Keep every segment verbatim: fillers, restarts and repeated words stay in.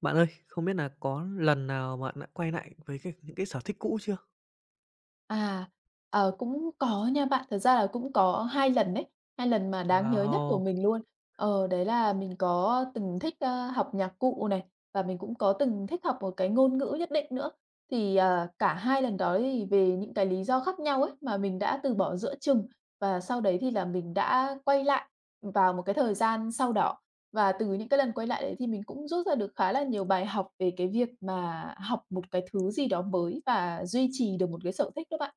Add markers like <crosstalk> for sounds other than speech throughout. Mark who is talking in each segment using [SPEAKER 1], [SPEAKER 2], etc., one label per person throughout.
[SPEAKER 1] Bạn ơi, không biết là có lần nào bạn đã quay lại với cái những cái sở thích cũ chưa?
[SPEAKER 2] À, ờ, cũng có nha bạn, thật ra là cũng có hai lần đấy, hai lần mà đáng nhớ nhất của
[SPEAKER 1] Wow,
[SPEAKER 2] mình luôn. Ờ, đấy là mình có từng thích, ơ, học nhạc cụ này, và mình cũng có từng thích học một cái ngôn ngữ nhất định nữa. Thì, à, cả hai lần đó thì về những cái lý do khác nhau ấy, mà mình đã từ bỏ giữa chừng, và sau đấy thì là mình đã quay lại vào một cái thời gian sau đó. Và từ những cái lần quay lại đấy thì mình cũng rút ra được khá là nhiều bài học về cái việc mà học một cái thứ gì đó mới và duy trì được một cái sở thích đó bạn.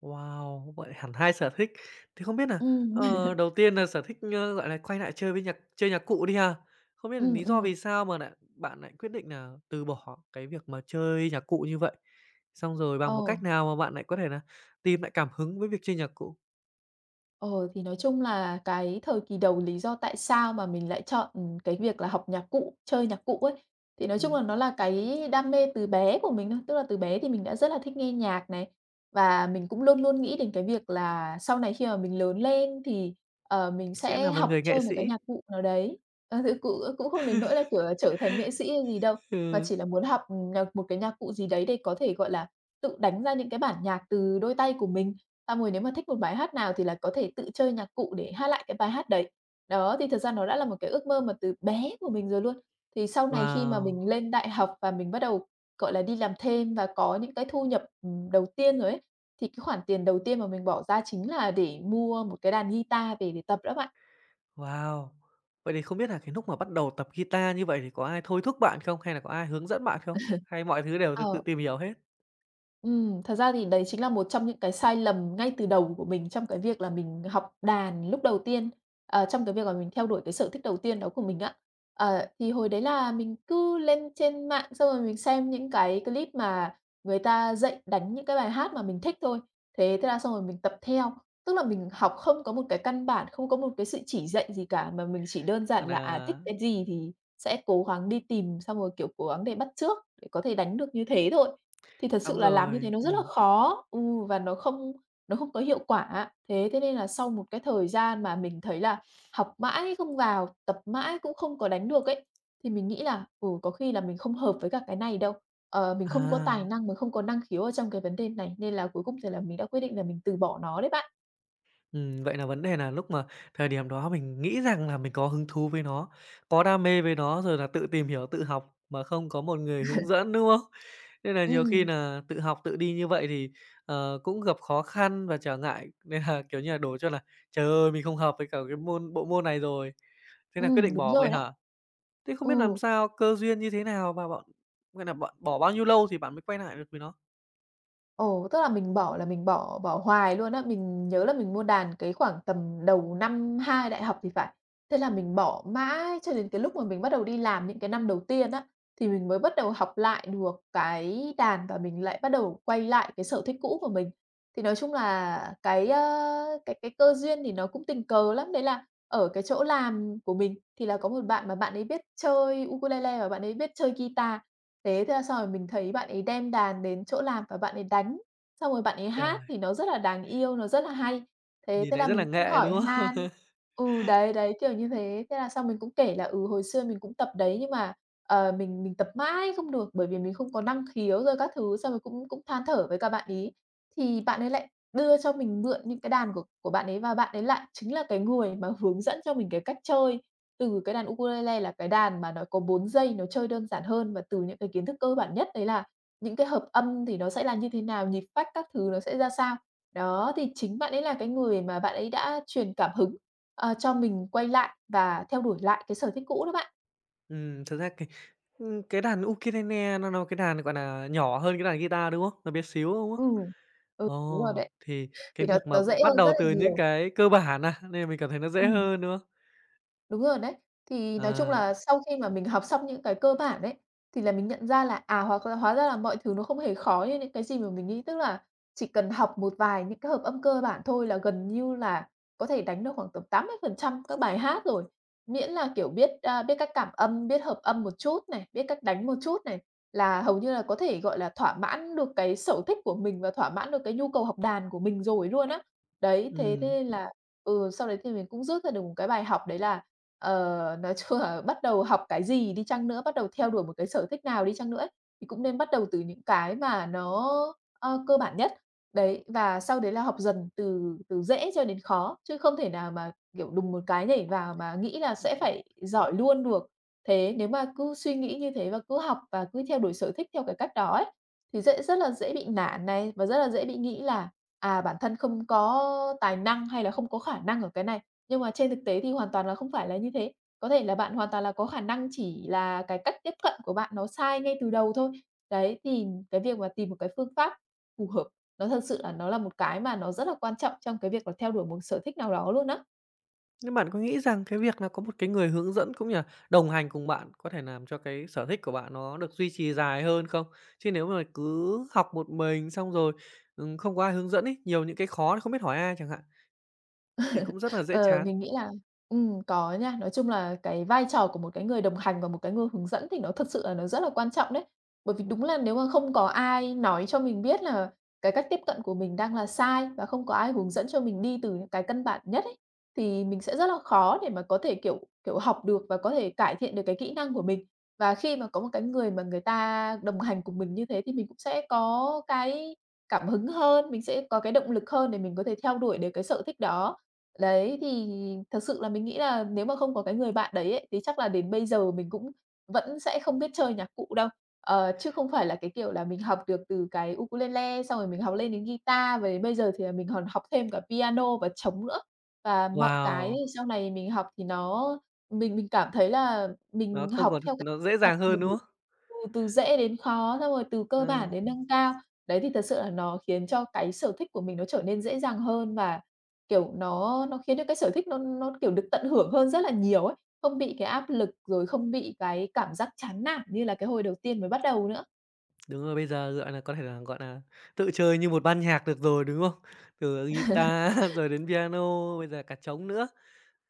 [SPEAKER 1] wow, vậy hẳn hai sở thích. Thì không biết là
[SPEAKER 2] Ừm.
[SPEAKER 1] ờ,
[SPEAKER 2] <laughs>
[SPEAKER 1] đầu tiên là sở thích, ơ, gọi là, quay lại chơi với nhạc chơi nhạc cụ đi ha. Không biết là
[SPEAKER 2] Ừm,
[SPEAKER 1] lý do
[SPEAKER 2] ừm.
[SPEAKER 1] vì sao mà lại bạn lại quyết định là từ bỏ cái việc mà chơi nhạc cụ như vậy? Xong rồi bằng một
[SPEAKER 2] Ờ.
[SPEAKER 1] cách nào mà bạn lại có thể là tìm lại cảm hứng với việc chơi nhạc cụ?
[SPEAKER 2] Ờ, thì nói chung là cái thời kỳ đầu lý do tại sao mà mình lại chọn, ừm, cái việc là học nhạc cụ, chơi nhạc cụ ấy, thì nói chung
[SPEAKER 1] Ừm,
[SPEAKER 2] là nó là cái đam mê từ bé của mình thôi. Tức là từ bé thì mình đã rất là thích nghe nhạc này, và mình cũng luôn luôn nghĩ đến cái việc là sau này khi mà mình lớn lên thì, ờ, mình
[SPEAKER 1] sẽ
[SPEAKER 2] sẽ
[SPEAKER 1] là một
[SPEAKER 2] học
[SPEAKER 1] người nghệ
[SPEAKER 2] chơi một cái
[SPEAKER 1] sĩ.
[SPEAKER 2] nhạc cụ nào đấy. Ờ, thực cụ ờ, cũng không đến nỗi là, kiểu là, trở thành nghệ sĩ hay gì đâu,
[SPEAKER 1] <laughs>
[SPEAKER 2] mà
[SPEAKER 1] Ừ,
[SPEAKER 2] chỉ là muốn học, ừ, nhạc một cái nhạc cụ gì đấy để có thể, gọi là, tự đánh ra những cái bản nhạc từ đôi tay của mình. Tam Mùi nếu mà thích một bài hát nào thì là có thể tự chơi nhạc cụ để hát lại cái bài hát đấy. Đó, thì thật ra nó đã là một cái ước mơ mà từ bé của mình rồi luôn. Thì sau này khi mà
[SPEAKER 1] wow.
[SPEAKER 2] mình lên đại học và mình bắt đầu, gọi là, đi làm thêm và có những cái thu nhập, ừm, đầu tiên rồi ấy, thì cái khoản tiền đầu tiên mà mình bỏ ra chính là để mua một cái đàn guitar về để tập đó bạn.
[SPEAKER 1] Wow! Vậy thì không biết là cái lúc mà bắt đầu tập guitar như vậy thì có ai thôi thúc bạn không? Hay là có ai hướng dẫn bạn không? Hay mọi thứ đều tự
[SPEAKER 2] Ờ.
[SPEAKER 1] tự tìm hiểu hết?
[SPEAKER 2] Ừm, thật ra thì đấy chính là một trong những cái sai lầm ngay từ đầu của mình trong cái việc là mình học đàn lúc đầu tiên, ờ, trong cái việc là mình theo đuổi cái sở thích đầu tiên đó của mình á. Ờ, thì hồi đấy là mình cứ lên trên mạng xong rồi mình xem những cái clip mà người ta dạy đánh những cái bài hát mà mình thích thôi. Thế thế là xong rồi mình tập theo, tức là mình học không có một cái căn bản, không có một cái sự chỉ dạy gì cả, mà mình chỉ đơn giản là, à, thích
[SPEAKER 1] Là
[SPEAKER 2] cái gì thì sẽ cố gắng đi tìm, xong rồi, kiểu, cố gắng để bắt chước để có thể đánh được như thế thôi. Thì thật sự
[SPEAKER 1] xong
[SPEAKER 2] là làm như
[SPEAKER 1] rồi.
[SPEAKER 2] thế nó rất là
[SPEAKER 1] Ừ.
[SPEAKER 2] khó, ừ, và nó không nó không có hiệu quả. Thế thế nên là sau một cái thời gian mà mình thấy là học mãi không vào, tập mãi cũng không có đánh được ấy, thì mình nghĩ là, ừ, có khi là mình không hợp với cả cái này đâu. Ờ, mình không có tài
[SPEAKER 1] À.
[SPEAKER 2] năng, mình không có năng khiếu ở trong cái vấn đề này, nên là cuối cùng thì là mình đã quyết định là mình từ bỏ nó đấy bạn.
[SPEAKER 1] Ừm, vậy là vấn đề là lúc mà thời điểm đó mình nghĩ rằng là mình có hứng thú với nó, có đam mê với nó rồi là tự tìm hiểu, tự học mà không có một người hướng dẫn, đúng không? Nên là nhiều khi
[SPEAKER 2] Ừm,
[SPEAKER 1] là tự học, tự đi như vậy thì, ờ, cũng gặp khó khăn và trở ngại, <laughs> nên là, kiểu như là, đổ cho là "Trời ơi, mình không hợp với cả cái môn bộ môn này rồi." Thế là quyết
[SPEAKER 2] ừm,
[SPEAKER 1] định
[SPEAKER 2] đúng
[SPEAKER 1] bỏ
[SPEAKER 2] rồi
[SPEAKER 1] vậy
[SPEAKER 2] đó.
[SPEAKER 1] hả? Thế không biết làm
[SPEAKER 2] Ừ.
[SPEAKER 1] sao, cơ duyên như thế nào và bọn gọi là bọn bỏ bao nhiêu lâu thì bạn mới quay lại được với nó?
[SPEAKER 2] Ồ, tức là mình bỏ là mình bỏ bỏ hoài luôn á. Mình nhớ là mình mua đàn cái khoảng tầm đầu năm hai đại học thì phải. Thế là mình bỏ mãi cho đến cái lúc mà mình bắt đầu đi làm những cái năm đầu tiên á, thì mình mới bắt đầu học lại được cái đàn và mình lại bắt đầu quay lại cái sở thích cũ của mình. Thì nói chung là cái, ơ, cái cái cơ duyên thì nó cũng tình cờ lắm. Đấy là ở cái chỗ làm của mình thì là có một bạn mà bạn ấy biết chơi ukulele và bạn ấy biết chơi guitar. Thế thế là xong rồi mình thấy bạn ấy đem đàn đến chỗ làm và bạn ấy đánh, xong rồi bạn ấy hát
[SPEAKER 1] Trời,
[SPEAKER 2] thì nó rất là đáng yêu, nó rất là hay. Thế
[SPEAKER 1] nhìn
[SPEAKER 2] thế
[SPEAKER 1] lại
[SPEAKER 2] là
[SPEAKER 1] rất là
[SPEAKER 2] mình cũng
[SPEAKER 1] nghệ,
[SPEAKER 2] hỏi
[SPEAKER 1] đúng không?
[SPEAKER 2] han,
[SPEAKER 1] <laughs>
[SPEAKER 2] ừ, đấy, đấy, kiểu như thế. Thế là xong mình cũng kể là, ừ, hồi xưa mình cũng tập đấy nhưng mà, ờ, mình mình tập mãi không được bởi vì mình không có năng khiếu rồi các thứ, xong rồi cũng cũng than thở với cả bạn ấy. Thì bạn ấy lại đưa cho mình mượn những cái đàn của của bạn ấy và bạn ấy lại chính là cái người mà hướng dẫn cho mình cái cách chơi. Từ cái đàn ukulele là cái đàn mà nó có bốn dây, nó chơi đơn giản hơn và từ những cái kiến thức cơ bản nhất đấy là những cái hợp âm thì nó sẽ là như thế nào, nhịp phách các thứ nó sẽ ra sao. Đó, thì chính bạn ấy là cái người mà bạn ấy đã truyền cảm hứng, ờ, cho mình quay lại và theo đuổi lại cái sở thích cũ đó bạn.
[SPEAKER 1] Ừm, thật ra cái, ưm, cái đàn ukulele nó là cái đàn, gọi nà, nhỏ hơn cái đàn guitar, đúng không? Nó bé xíu, đúng không?
[SPEAKER 2] Ừm. Ừ, đúng rồi
[SPEAKER 1] Ồ,
[SPEAKER 2] đấy,
[SPEAKER 1] thì
[SPEAKER 2] thì
[SPEAKER 1] cái
[SPEAKER 2] nó
[SPEAKER 1] việc mà
[SPEAKER 2] nó dễ
[SPEAKER 1] bắt
[SPEAKER 2] hơn rất
[SPEAKER 1] đầu
[SPEAKER 2] là
[SPEAKER 1] từ những
[SPEAKER 2] nhiều.
[SPEAKER 1] cái cơ bản à, nên là mình cảm thấy nó dễ
[SPEAKER 2] Ừm.
[SPEAKER 1] hơn, đúng không?
[SPEAKER 2] Đúng rồi đấy. Thì nói chung
[SPEAKER 1] À,
[SPEAKER 2] là sau khi mà mình học xong những cái cơ bản ấy, thì là mình nhận ra là, à, hoặc là hóa ra là mọi thứ nó không hề khó như những cái gì mà mình nghĩ. Tức là chỉ cần học một vài những cái hợp âm cơ bản thôi là gần như là có thể đánh được khoảng tầm tám mươi phần trăm các bài hát rồi. Miễn là, kiểu, biết, a, biết cách cảm âm, biết hợp âm một chút này, biết cách đánh một chút này, là hầu như là có thể, gọi là, thỏa mãn được cái sở thích của mình và thỏa mãn được cái nhu cầu học đàn của mình rồi luôn á. Đấy, thế thế
[SPEAKER 1] ừm.
[SPEAKER 2] nên là, ừ, sau đấy thì mình cũng rút ra được một cái bài học đấy là. Ờ, nói chung là bắt đầu học cái gì đi chăng nữa, bắt đầu theo đuổi một cái sở thích nào đi chăng nữa ấy, thì cũng nên bắt đầu từ những cái mà nó, ơ, cơ bản nhất. Đấy, và sau đấy là học dần từ từ dễ cho đến khó, chứ không thể nào mà, kiểu, đùng một cái nhảy vào mà nghĩ là sẽ phải giỏi luôn được. Thế nếu mà cứ suy nghĩ như thế và cứ học và cứ theo đuổi sở thích theo cái cách đó ấy, thì dễ rất là dễ bị nản này, và rất là dễ bị nghĩ là, à, bản thân không có tài năng hay là không có khả năng ở cái này. Nhưng mà trên thực tế thì hoàn toàn là không phải là như thế. Có thể là bạn hoàn toàn là có khả năng chỉ là cái cách tiếp cận của bạn nó sai ngay từ đầu thôi. Đấy, thì cái việc mà tìm một cái phương pháp phù hợp, nó thật sự là nó là một cái mà nó rất là quan trọng trong cái việc là theo đuổi một sở thích nào đó luôn á.
[SPEAKER 1] Nhưng bạn có nghĩ rằng cái việc là có một cái người hướng dẫn cũng như là đồng hành cùng bạn có thể làm cho cái sở thích của bạn nó được duy trì dài hơn không? Chứ nếu mà cứ học một mình xong rồi, ừm, không có ai hướng dẫn ấy, nhiều những cái khó không biết hỏi ai chẳng hạn, thì cũng rất là dễ
[SPEAKER 2] Ờ,
[SPEAKER 1] chán.
[SPEAKER 2] mình nghĩ là ừm, có nha. Nói chung là cái vai trò của một cái người đồng hành và một cái người hướng dẫn thì nó thật sự là nó rất là quan trọng đấy. Bởi vì đúng là nếu mà không có ai nói cho mình biết là cái cách tiếp cận của mình đang là sai và không có ai hướng dẫn cho mình đi từ những cái căn bản nhất ấy, thì mình sẽ rất là khó để mà có thể, kiểu, kiểu, học được và có thể cải thiện được cái kỹ năng của mình. Và khi mà có một cái người mà người ta đồng hành cùng mình như thế thì mình cũng sẽ có cái cảm hứng hơn, mình sẽ có cái động lực hơn để mình có thể theo đuổi được cái sở thích đó. Đấy, thì thật sự là mình nghĩ là nếu mà không có cái người bạn đấy ấy, thì chắc là đến bây giờ mình cũng vẫn sẽ không biết chơi nhạc cụ đâu. Ờ, chứ không phải là cái kiểu là mình học được từ cái ukulele, xong rồi mình học lên đến guitar, và đến bây giờ thì là mình còn học thêm cả piano và trống nữa. Và mọi cái
[SPEAKER 1] Wow!
[SPEAKER 2] thì sau này mình học thì nó mình mình cảm thấy là
[SPEAKER 1] Nó
[SPEAKER 2] mình
[SPEAKER 1] không
[SPEAKER 2] học
[SPEAKER 1] còn
[SPEAKER 2] theo cái
[SPEAKER 1] nó dễ
[SPEAKER 2] là
[SPEAKER 1] dàng hơn,
[SPEAKER 2] từ
[SPEAKER 1] đúng không?
[SPEAKER 2] từ từ dễ đến khó, xong rồi từ cơ
[SPEAKER 1] À,
[SPEAKER 2] bản đến nâng cao. Đấy, thì thật sự là nó khiến cho cái sở thích của mình nó trở nên dễ dàng hơn và Kiểu, nó nó khiến cho cái sở thích nó nó, kiểu, được tận hưởng hơn rất là nhiều ấy, không bị cái áp lực, rồi không bị cái cảm giác chán nản như là cái hồi đầu tiên mới bắt đầu nữa.
[SPEAKER 1] đúng rồi, bây giờ, gọi là, có thể là, gọi là, tự chơi như một ban nhạc được rồi, đúng không? Từ guitar <laughs> rồi đến piano, bây giờ cả trống nữa.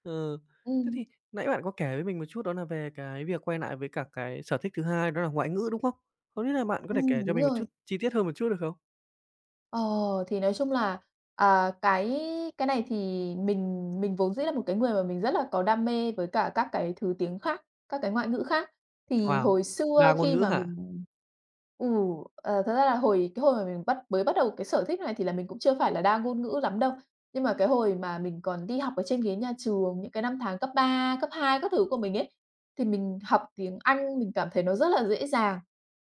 [SPEAKER 1] Ừ. Thế
[SPEAKER 2] Ừm,
[SPEAKER 1] thì nãy bạn có kể với mình một chút đó là về cái việc quay lại với cả cái sở thích thứ hai đó là ngoại ngữ, đúng không? Không biết là bạn có thể
[SPEAKER 2] ừm,
[SPEAKER 1] kể cho
[SPEAKER 2] đúng
[SPEAKER 1] mình một chút
[SPEAKER 2] rồi.
[SPEAKER 1] chi tiết hơn một chút được không?
[SPEAKER 2] Ờ, thì nói chung là, à, cái cái này thì mình mình vốn dĩ là một cái người mà mình rất là có đam mê với cả các cái thứ tiếng khác, các cái ngoại ngữ khác. Thì
[SPEAKER 1] Wow!
[SPEAKER 2] hồi
[SPEAKER 1] Đa
[SPEAKER 2] xưa
[SPEAKER 1] ngôn
[SPEAKER 2] khi
[SPEAKER 1] ngữ
[SPEAKER 2] mà
[SPEAKER 1] hả?
[SPEAKER 2] mình ừ, ờ, thật ra là hồi cái hồi mà mình bắt mới bắt đầu cái sở thích này thì là mình cũng chưa phải là đa ngôn ngữ lắm đâu. Nhưng mà cái hồi mà mình còn đi học ở trên ghế nhà trường, những cái năm tháng cấp ba cấp hai các thứ của mình ấy, thì mình học tiếng Anh mình cảm thấy nó rất là dễ dàng,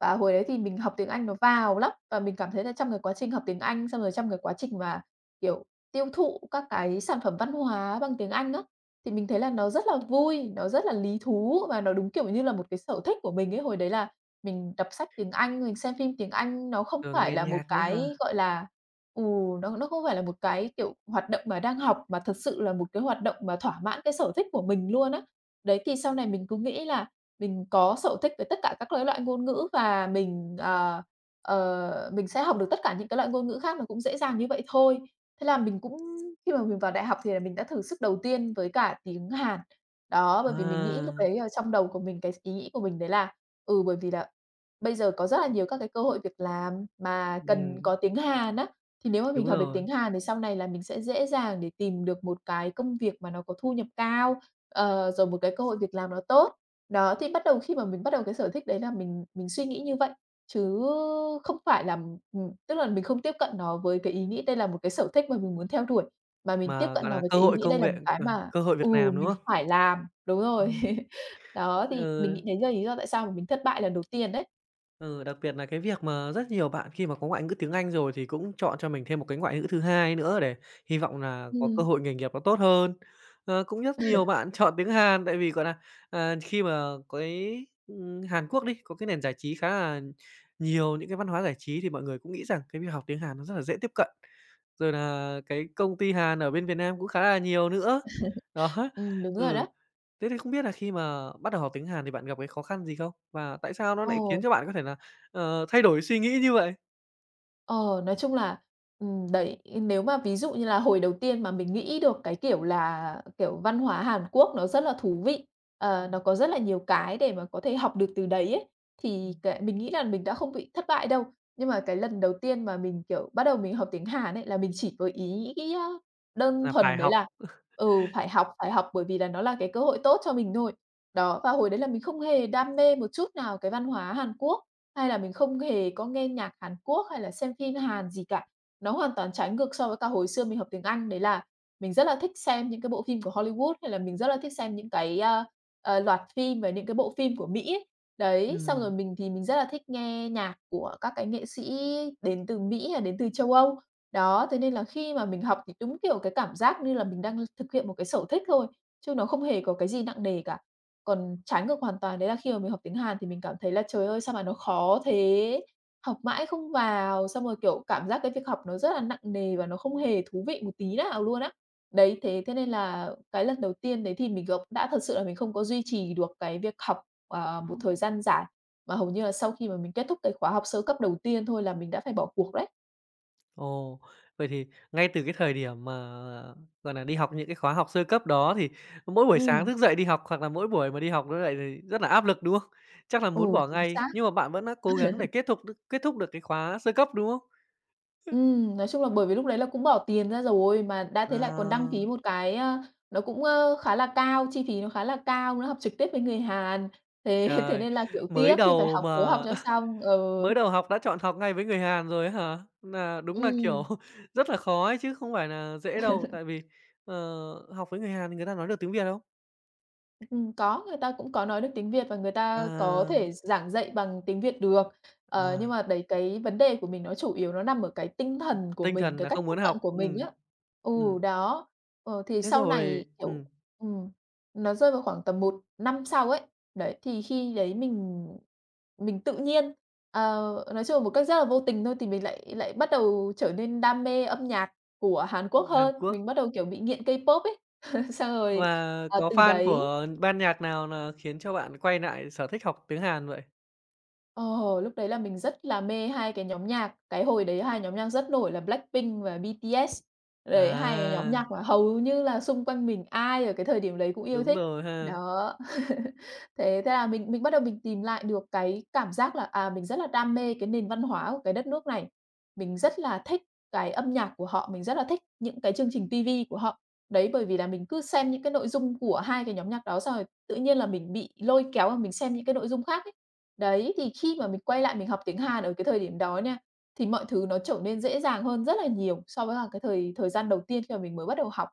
[SPEAKER 2] và hồi đấy thì mình học tiếng Anh nó vào lắm, và mình cảm thấy là trong cái quá trình học tiếng Anh, xong rồi trong cái quá trình mà, kiểu, tiêu thụ các cái sản phẩm văn hóa bằng tiếng Anh á, thì mình thấy là nó rất là vui, nó rất là lý thú và nó đúng, kiểu như là, một cái sở thích của mình ấy. Hồi đấy là mình đọc sách tiếng Anh, mình xem phim tiếng Anh, nó không
[SPEAKER 1] Thường
[SPEAKER 2] phải
[SPEAKER 1] nghe
[SPEAKER 2] là một
[SPEAKER 1] nhạc nữa hả?
[SPEAKER 2] cái, gọi là ừ, nó nó không phải là một cái, kiểu, hoạt động mà đang học, mà thật sự là một cái hoạt động mà thỏa mãn cái sở thích của mình luôn á. Đấy, thì sau này mình cứ nghĩ là mình có sở thích với tất cả các cái loại ngôn ngữ và mình, ờ, ờ, mình sẽ học được tất cả những cái loại ngôn ngữ khác nó cũng dễ dàng như vậy thôi. Thế là mình cũng khi mà mình vào đại học thì là mình đã thử sức đầu tiên với cả tiếng Hàn. Đó, bởi vì mình nghĩ lúc
[SPEAKER 1] À,
[SPEAKER 2] đấy ở trong đầu của mình, cái ý nghĩ của mình đấy là, ừ, bởi vì là bây giờ có rất là nhiều các cái cơ hội việc làm mà cần
[SPEAKER 1] ừm,
[SPEAKER 2] có tiếng Hàn á, thì nếu mà mình
[SPEAKER 1] đúng
[SPEAKER 2] học được
[SPEAKER 1] rồi,
[SPEAKER 2] tiếng Hàn thì sau này là mình sẽ dễ dàng để tìm được một cái công việc mà nó có thu nhập cao. Ờ, rồi một cái cơ hội việc làm nó tốt. Đó, thì bắt đầu khi mà mình bắt đầu cái sở thích đấy là mình mình suy nghĩ như vậy, chứ không phải là ừm, tức là mình không tiếp cận nó với cái ý nghĩ đây là một cái sở thích mà mình muốn theo đuổi, mà mình tiếp
[SPEAKER 1] mà,
[SPEAKER 2] cận
[SPEAKER 1] gọi
[SPEAKER 2] nó
[SPEAKER 1] là,
[SPEAKER 2] với
[SPEAKER 1] cơ
[SPEAKER 2] cái ý
[SPEAKER 1] hội
[SPEAKER 2] nghĩ đây
[SPEAKER 1] công
[SPEAKER 2] là
[SPEAKER 1] việc
[SPEAKER 2] một cái
[SPEAKER 1] ờ,
[SPEAKER 2] mà
[SPEAKER 1] cơ hội
[SPEAKER 2] ừ,
[SPEAKER 1] việc làm, đúng
[SPEAKER 2] mình
[SPEAKER 1] không?
[SPEAKER 2] phải làm. Đúng rồi.
[SPEAKER 1] Ừm,
[SPEAKER 2] <laughs> Đó, thì mình
[SPEAKER 1] ừ.
[SPEAKER 2] nghĩ đấy là lý do tại sao mà mình thất bại lần đầu tiên đấy.
[SPEAKER 1] Ừ, đặc biệt là cái việc mà rất nhiều bạn khi mà có ngoại ngữ tiếng Anh rồi thì cũng chọn cho mình thêm một cái ngoại ngữ thứ hai nữa để hy vọng là có cơ
[SPEAKER 2] Ừm.
[SPEAKER 1] hội nghề nghiệp nó tốt hơn. Ờ, cũng rất nhiều bạn <laughs> chọn tiếng Hàn tại vì, gọi là à, khi mà cái, ừm, Hàn Quốc đi, có cái nền giải trí khá là nhiều những cái văn hóa giải trí thì mọi người cũng nghĩ rằng cái việc học tiếng Hàn nó rất là dễ tiếp cận. Rồi là cái công ty Hàn ở bên Việt Nam cũng khá là nhiều nữa. Đó, <laughs>
[SPEAKER 2] Ừm, đúng rồi đó.
[SPEAKER 1] ừ. Thế thì không biết là khi mà bắt đầu học tiếng Hàn thì bạn gặp cái khó khăn gì không? Và tại sao nó
[SPEAKER 2] Ờ.
[SPEAKER 1] nại khiến cho bạn có thể là, ờ, thay đổi suy nghĩ như vậy?
[SPEAKER 2] Ờ, nói chung là, ừm, đấy, nếu mà ví dụ như là hồi đầu tiên mà mình nghĩ được cái kiểu là, kiểu, văn hóa Hàn Quốc nó rất là thú vị, ờ, nó
[SPEAKER 1] Ừm,
[SPEAKER 2] có rất là nhiều cái để mà có thể học được từ đấy ấy, thì
[SPEAKER 1] ừm.
[SPEAKER 2] cái mình nghĩ là mình đã không bị thất bại đâu. Nhưng mà cái lần đầu tiên mà mình, kiểu, bắt đầu mình học tiếng Hàn ấy, là mình chỉ với ý nghĩ á đơn
[SPEAKER 1] Là
[SPEAKER 2] thuần
[SPEAKER 1] phải
[SPEAKER 2] đấy
[SPEAKER 1] học.
[SPEAKER 2] là, ừ, phải học, phải học bởi vì là nó là cái cơ hội tốt cho mình thôi. Đó, và hồi đấy là mình không hề đam mê một chút nào cái văn hóa Hàn Quốc. Hay là mình không hề có nghe nhạc Hàn Quốc hay là xem phim Hàn gì cả. Nó hoàn toàn trái ngược so với cả hồi xưa mình học tiếng Anh, đấy là mình rất là thích xem những cái bộ phim của Hollywood, hay là mình rất là thích xem những cái, a, ờ, loạt phim và những cái bộ phim của Mỹ ấy. Đấy, xong rồi
[SPEAKER 1] Ừm,
[SPEAKER 2] mình thì mình rất là thích nghe nhạc của các cái nghệ sĩ đến từ Mỹ hay đến từ châu Âu. Đó, thế nên là khi mà mình học thì đúng, kiểu, cái cảm giác như là mình đang thực hiện một cái sở thích thôi, chứ nó không hề có cái gì nặng nề cả. Còn trái ngược hoàn toàn đấy là khi mà mình học tiếng Hàn thì mình cảm thấy là "Trời ơi, sao mà nó khó thế!", học mãi không vào, xong rồi, kiểu, cảm giác cái việc học nó rất là nặng nề và nó không hề thú vị một tí nào luôn á. Đấy, thế thế nên là cái lần đầu tiên đấy thì mình cũng đã thật sự là mình không có duy trì được cái việc học, ờ, một thời gian dài, mà hầu như là sau khi mà mình kết thúc cái khóa học sơ cấp đầu tiên thôi là mình đã phải bỏ cuộc đấy.
[SPEAKER 1] ồ, vậy thì ngay từ cái thời điểm mà, gọi nà, đi học những cái khóa học sơ cấp đó thì mỗi buổi sáng
[SPEAKER 2] Ừm,
[SPEAKER 1] thức dậy đi học hoặc là mỗi buổi mà đi học nó lại thì rất là áp lực, đúng không? Chắc là muốn
[SPEAKER 2] ừ,
[SPEAKER 1] bỏ
[SPEAKER 2] chính
[SPEAKER 1] ngay,
[SPEAKER 2] xác.
[SPEAKER 1] nhưng mà bạn vẫn đã cố gắng để kết thục được kết thúc được cái khóa sơ cấp, đúng không?
[SPEAKER 2] Ừm, nói chung là bởi vì lúc đấy là cũng bỏ tiền ra rồi, mà đã
[SPEAKER 1] Ờ.
[SPEAKER 2] thế lại còn đăng ký một cái, a, nó cũng, ơ, khá là cao, chi phí nó khá là cao, nó học trực tiếp với người Hàn, thế <laughs> thế
[SPEAKER 1] Trời,
[SPEAKER 2] nên là, kiểu,
[SPEAKER 1] mới
[SPEAKER 2] tiếc thì phải
[SPEAKER 1] đầu
[SPEAKER 2] học cố học
[SPEAKER 1] mà
[SPEAKER 2] cho xong. Ừ,
[SPEAKER 1] mới đầu học đã chọn học ngay với người Hàn rồi ấy hả? Là đúng là, kiểu,
[SPEAKER 2] ừm.
[SPEAKER 1] <laughs> rất là khó ấy chứ không phải là dễ đâu, tại vì, ờ, học với người Hàn thì người ta nói được tiếng Việt không?
[SPEAKER 2] Ừm, có, người ta cũng có nói được tiếng Việt và người ta có
[SPEAKER 1] À,
[SPEAKER 2] thể giảng dạy bằng tiếng Việt được. Ờ, nhưng
[SPEAKER 1] à,
[SPEAKER 2] mà đấy, cái vấn đề của mình nó chủ yếu nó nằm ở cái tinh thần của
[SPEAKER 1] tinh
[SPEAKER 2] mình,
[SPEAKER 1] thần
[SPEAKER 2] cái
[SPEAKER 1] là
[SPEAKER 2] cách
[SPEAKER 1] không
[SPEAKER 2] tiếp
[SPEAKER 1] muốn
[SPEAKER 2] cận
[SPEAKER 1] học,
[SPEAKER 2] của mình
[SPEAKER 1] ừm.
[SPEAKER 2] á.
[SPEAKER 1] Ừm,
[SPEAKER 2] Ừ, đó. Ờ, thì
[SPEAKER 1] thế
[SPEAKER 2] sau này,
[SPEAKER 1] rồi
[SPEAKER 2] kiểu
[SPEAKER 1] ừm,
[SPEAKER 2] ừm, nó rơi vào khoảng tầm một năm sau ấy, đấy, thì khi đấy mình mình tự nhiên, ờ, nói chung là một cách rất là vô tình thôi thì mình lại lại bắt đầu trở nên đam mê âm nhạc của Hàn Quốc
[SPEAKER 1] Hàn
[SPEAKER 2] hơn.
[SPEAKER 1] Quốc.
[SPEAKER 2] Mình bắt đầu, kiểu, bị nghiện K-pop ấy. <laughs> Xong rồi,
[SPEAKER 1] Và
[SPEAKER 2] ờ,
[SPEAKER 1] có
[SPEAKER 2] từ
[SPEAKER 1] fan
[SPEAKER 2] đấy
[SPEAKER 1] của ban nhạc nào là khiến cho bạn quay lại sở thích học tiếng Hàn vậy?
[SPEAKER 2] Ờ, lúc đấy là mình rất là mê hai cái nhóm nhạc, cái hồi đấy hai nhóm nhạc rất nổi là Blackpink và bê tê ét. Đấy, hai cái nhóm
[SPEAKER 1] À,
[SPEAKER 2] nhạc mà hầu như là xung quanh mình ai ở cái thời điểm đấy cũng yêu
[SPEAKER 1] đúng
[SPEAKER 2] thích.
[SPEAKER 1] rồi ha.
[SPEAKER 2] Đó. <laughs> Thế thế là mình mình bắt đầu mình tìm lại được cái cảm giác là, à, mình rất là đam mê cái nền văn hóa của cái đất nước này. Mình rất là thích cái âm nhạc của họ, mình rất là thích những cái chương trình ti vi của họ. Đấy, bởi vì là mình cứ xem những cái nội dung của hai cái nhóm nhạc đó xong rồi tự nhiên là mình bị lôi kéo và mình xem những cái nội dung khác ấy. Đấy, thì khi mà mình quay lại mình học tiếng Hàn ở cái thời điểm đó nha, thì mọi thứ nó trở nên dễ dàng hơn rất là nhiều so với cả cái thời thời gian đầu tiên khi mà mình mới bắt đầu học.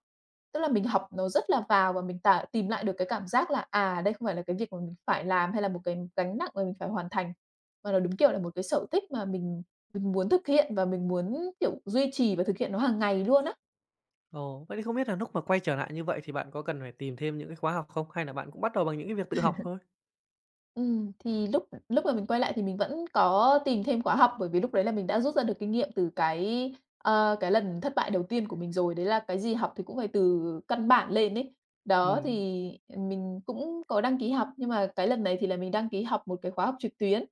[SPEAKER 2] Tức là mình học nó rất là vào và mình tả tìm lại được cái cảm giác là, à, đây không phải là cái việc mà mình phải làm hay là một cái gánh nặng mà mình phải hoàn thành, mà nó đúng kiểu là một cái sở thích mà mình mình muốn thực hiện và mình muốn, kiểu, duy trì và thực hiện nó hàng ngày luôn á.
[SPEAKER 1] Ồ, vậy thì không biết là lúc mà quay trở lại như vậy thì bạn có cần phải tìm thêm những cái khóa học không? Hay là bạn cũng bắt đầu bằng những cái việc tự học thôi?
[SPEAKER 2] Ừm, thì lúc lúc mà mình quay lại thì mình vẫn có tìm thêm khóa học, bởi vì lúc đấy là mình đã rút ra được kinh nghiệm từ cái, ờ, cái lần thất bại đầu tiên của mình rồi, đấy là cái gì học thì cũng phải từ căn bản lên ấy. Đó,
[SPEAKER 1] Ừm,
[SPEAKER 2] thì, ờ, mình cũng có đăng ký học, nhưng mà cái lần này thì là mình đăng ký học một cái khóa học trực tuyến.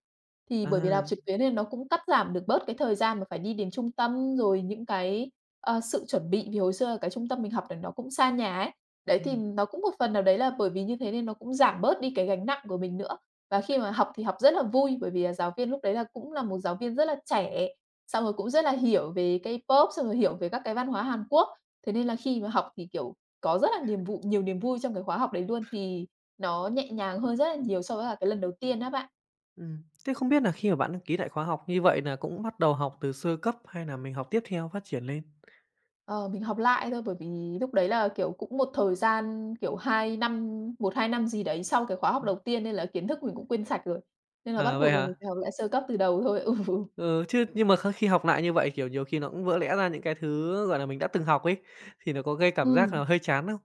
[SPEAKER 2] Thì bởi vì là học trực
[SPEAKER 1] à.
[SPEAKER 2] tuyến nên nó cũng cắt giảm được bớt cái thời gian mà phải đi đến trung tâm, rồi những cái, ờ, sự chuẩn bị, vì hồi xưa cái trung tâm mình học là nó cũng xa nhà ấy. Đấy, thì
[SPEAKER 1] Ừm,
[SPEAKER 2] nó cũng một phần nào đấy là bởi vì như thế nên nó cũng giảm bớt đi cái gánh nặng của mình nữa. Và khi mà học thì học rất là vui, bởi vì là giáo viên lúc đấy là cũng là một giáo viên rất là trẻ, xong rồi cũng rất là hiểu về K-pop, xong rồi hiểu về các cái văn hóa Hàn Quốc. Thế nên là khi mà học thì, kiểu, có rất là niềm vụ nhiều niềm vui trong cái khóa học đấy luôn, thì nó nhẹ nhàng hơn rất là nhiều so với cả cái lần đầu tiên á bạn.
[SPEAKER 1] ừm. Thế không biết là khi mà bạn ký đại khóa học như vậy nà cũng bắt đầu học từ sơ cấp hay nà mình học tiếp theo phát triển lên?
[SPEAKER 2] Ờ, mình học lại thôi, bởi vì lúc đấy là, kiểu, cũng một thời gian, kiểu, hai năm một hai năm gì đấy sau cái khóa học
[SPEAKER 1] Ừm.
[SPEAKER 2] đầu tiên nên là kiến thức mình cũng quên sạch rồi, nên là bắt
[SPEAKER 1] À, vậy
[SPEAKER 2] buộc là mình
[SPEAKER 1] hả?
[SPEAKER 2] phải học lại sơ cấp từ đầu thôi. <laughs>
[SPEAKER 1] Ừ, chứ nhưng mà kh khi học nại như vậy, kiểu, nhiều khi nó cũng vỡ lẽ ra những cái thứ, gọi là, mình đã từng học ấy, thì nó có gây
[SPEAKER 2] Ừ.
[SPEAKER 1] cảm giác
[SPEAKER 2] Ừm.
[SPEAKER 1] là hơi chán không?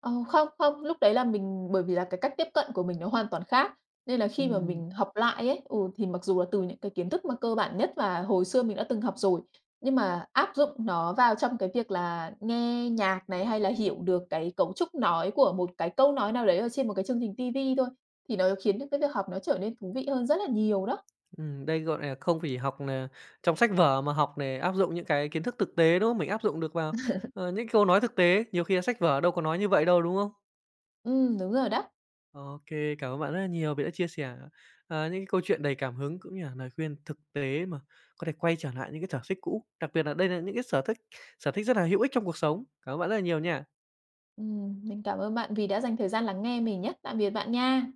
[SPEAKER 2] Ờ, không, không, lúc đấy là mình bởi vì là cái cách tiếp cận của mình nó hoàn toàn khác, nên là khi mà
[SPEAKER 1] Ừm.
[SPEAKER 2] mình học lại ấy, ừ, thì mặc dù là từ những cái kiến thức mà cơ bản nhất và hồi xưa mình đã từng học rồi, nhưng mà áp dụng nó vào trong cái việc là nghe nhạc này, hay là hiểu được cái cấu trúc nói của một cái câu nói nào đấy ở trên một cái chương trình ti vi thôi, thì nó khiến cho cái việc học nó trở nên thú vị hơn rất là nhiều đó.
[SPEAKER 1] Ừm, đây, gọi nà, không chỉ học nà trong sách vở mà học nè, áp dụng những cái kiến thức thực tế, đúng không? Mình áp dụng được vào, ờ, những câu nói thực tế, nhiều khi là sách vở đâu có nói như vậy đâu, đúng không?
[SPEAKER 2] Ừ đúng rồi đó.
[SPEAKER 1] OK, cảm ơn bạn rất là nhiều vì đã chia sẻ, ờ, những cái câu chuyện đầy cảm hứng cũng như là lời khuyên thực tế mà có thể quay trở lại những cái sở thích cũ, đặc biệt là đây là những cái sở thích sở thích rất là hữu ích trong cuộc sống. Cảm ơn bạn rất là nhiều nha.
[SPEAKER 2] Ừ mình cảm ơn bạn vì đã dành thời gian lắng nghe mình nhá. Tạm biệt bạn nha.